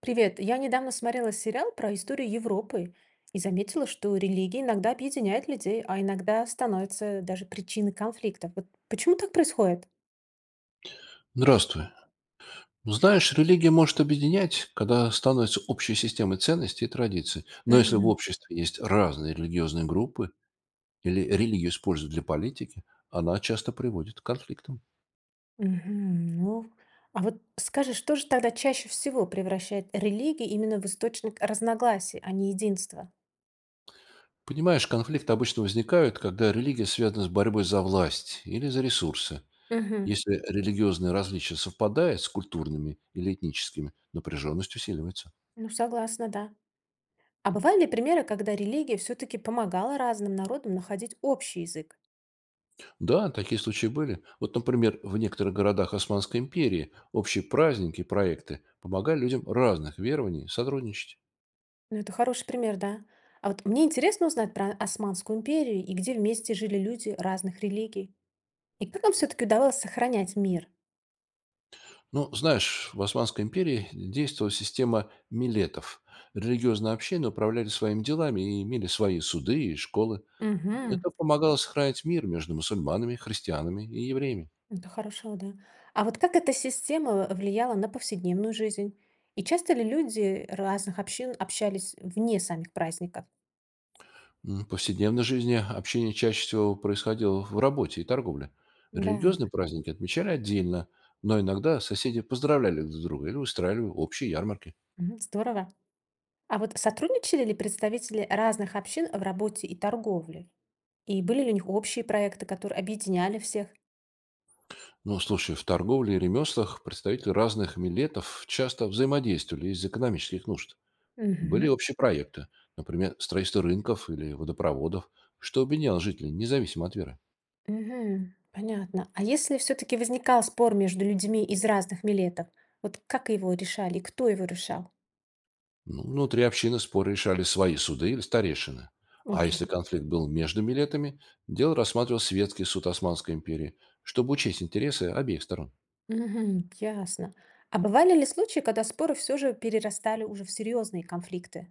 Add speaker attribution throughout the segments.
Speaker 1: Привет, я недавно смотрела сериал про историю Европы и заметила, что религия иногда объединяет людей, а иногда становится даже причиной конфликтов. Вот почему так происходит?
Speaker 2: Здравствуй. Знаешь, религия может объединять, когда становится общей системой ценностей и традиций. Но если в
Speaker 1: Мгм.
Speaker 2: обществе есть разные религиозные группы или религию используют для политики, она часто приводит к конфликтам.
Speaker 1: Мгм. Ну, а вот скажи, что же тогда чаще всего превращает религию именно в источник разногласий, а не единства?
Speaker 2: Понимаешь, конфликты обычно возникают, когда религия связана с борьбой за власть или за ресурсы.
Speaker 1: Мгм.
Speaker 2: Если религиозные различия совпадают с культурными или этническими, напряженность усиливается.
Speaker 1: Ну, согласна, да. А бывали ли примеры, когда религия все-таки помогала разным народам находить общий язык?
Speaker 2: Да, такие случаи были. Вот, например, в некоторых городах Османской империи общие праздники и проекты помогали людям разных верований сотрудничать.
Speaker 1: Ну, это хороший пример, да. А вот мне интересно узнать про Османскую империю и где вместе жили люди разных религий. И как им все-таки удавалось сохранять мир?
Speaker 2: Ну, знаешь, в Османской империи действовала система милетов. Религиозные общины управляли своими делами и имели свои суды и школы.
Speaker 1: Угу,
Speaker 2: Это помогало сохранить мир между мусульманами, христианами и евреями.
Speaker 1: это хорошо, да. А вот как эта система влияла на повседневную жизнь? И часто ли люди разных общин общались вне самих праздников?
Speaker 2: В повседневной жизни общение чаще всего происходило в работе и торговле.
Speaker 1: Да,
Speaker 2: Религиозные праздники отмечали отдельно, но иногда соседи поздравляли друг друга или устраивали общие ярмарки.
Speaker 1: мгм, здорово. А вот сотрудничали ли представители разных общин в работе и торговле? И были ли у них общие проекты, которые объединяли всех?
Speaker 2: Ну, слушай, в торговле и ремеслах представители разных милетов часто взаимодействовали из экономических нужд. Были
Speaker 1: Мгм.
Speaker 2: общие проекты, например, строительство рынков или водопроводов, что объединяло жителей независимо от веры.
Speaker 1: Мгм. Понятно. А если все-таки возникал спор между людьми из разных милетов, вот как его решали и кто его решал?
Speaker 2: Ну, внутри общины споры решали свои суды или старейшины. А
Speaker 1: Окей.
Speaker 2: если конфликт был между милетами, дело рассматривал светский суд Османской империи, чтобы учесть интересы обеих сторон.
Speaker 1: Мгм. Ясно. А бывали ли случаи, когда споры все же перерастали уже в серьезные конфликты?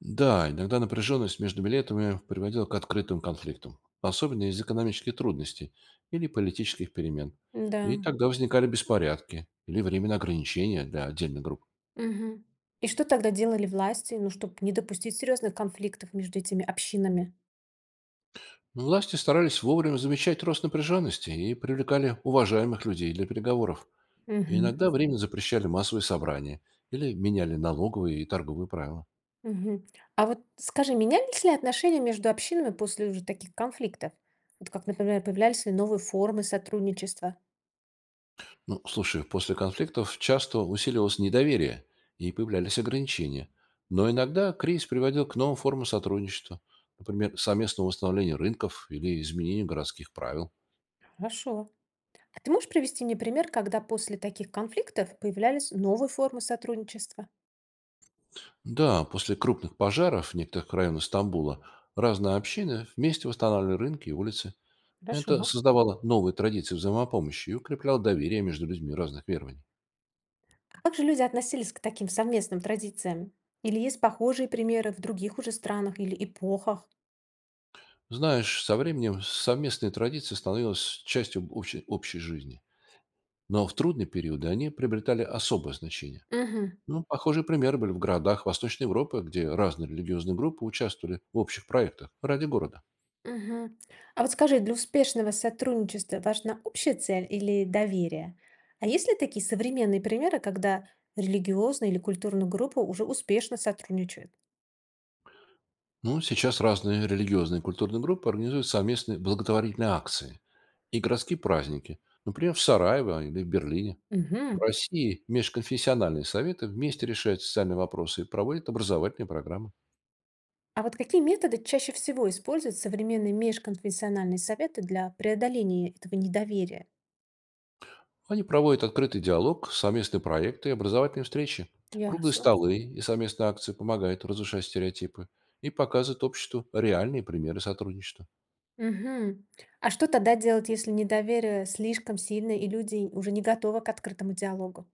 Speaker 2: Да, иногда напряженность между милетами приводила к открытым конфликтам, особенно из экономических трудностей или политических перемен.
Speaker 1: Да.
Speaker 2: И тогда возникали беспорядки или временные ограничения для отдельных групп.
Speaker 1: Мгм. И что тогда делали власти, ну, чтобы не допустить серьезных конфликтов между этими общинами?
Speaker 2: Власти старались вовремя замечать рост напряженности и привлекали уважаемых людей для переговоров. И
Speaker 1: Мгм.
Speaker 2: иногда временно запрещали массовые собрания или меняли налоговые и торговые правила.
Speaker 1: Мгм. А вот скажи, менялись ли отношения между общинами после уже таких конфликтов? Вот как, например, появлялись ли новые формы сотрудничества?
Speaker 2: Ну, слушай, после конфликтов часто усиливалось недоверие и появлялись ограничения. Но иногда кризис приводил к новым формам сотрудничества, например, совместному восстановлению рынков или изменению городских правил.
Speaker 1: Хорошо. А ты можешь привести мне пример, когда после таких конфликтов появлялись новые формы сотрудничества?
Speaker 2: Да, после крупных пожаров в некоторых районах Стамбула разные общины вместе восстанавливали рынки и улицы.
Speaker 1: Хорошо.
Speaker 2: Это создавало новые традиции взаимопомощи и укрепляло доверие между людьми разных верований.
Speaker 1: Как же люди относились к таким совместным традициям? Или есть похожие примеры в других уже странах или эпохах?
Speaker 2: Знаешь, со временем совместные традиции становились частью общей жизни. Но в трудные периоды они приобретали особое значение.
Speaker 1: Угу.
Speaker 2: Ну, похожие примеры были в городах Восточной Европы, где разные религиозные группы участвовали в общих проектах ради города.
Speaker 1: Угу. А вот скажи, для успешного сотрудничества важна общая цель или доверие? А есть ли такие современные примеры, когда религиозные или культурные группы уже успешно сотрудничают?
Speaker 2: Ну, сейчас разные религиозные и культурные группы организуют совместные благотворительные акции и городские праздники, например, в Сараево или в Берлине. В
Speaker 1: Угу.
Speaker 2: России межконфессиональные советы вместе решают социальные вопросы и проводят образовательные программы.
Speaker 1: А вот какие методы чаще всего используют современные межконфессиональные советы для преодоления этого недоверия?
Speaker 2: Они проводят открытый диалог, совместные проекты и образовательные встречи. Круглые
Speaker 1: Ясно.
Speaker 2: столы и совместные акции помогают разрушать стереотипы и показывают обществу реальные примеры сотрудничества.
Speaker 1: Мгм. А что тогда делать, если недоверие слишком сильное и люди уже не готовы к открытому диалогу?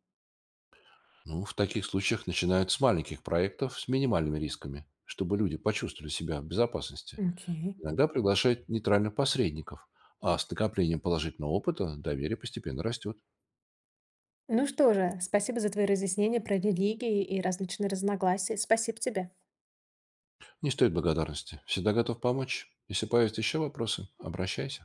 Speaker 2: Ну, в таких случаях начинают с маленьких проектов с минимальными рисками, чтобы люди почувствовали себя в безопасности.
Speaker 1: Окей.
Speaker 2: Иногда приглашают нейтральных посредников, а с накоплением положительного опыта доверие постепенно растет.
Speaker 1: Ну что же, спасибо за твои разъяснения про религии и различные разногласия. Спасибо тебе.
Speaker 2: Не стоит благодарности. Всегда готов помочь. Если появятся еще вопросы, обращайся.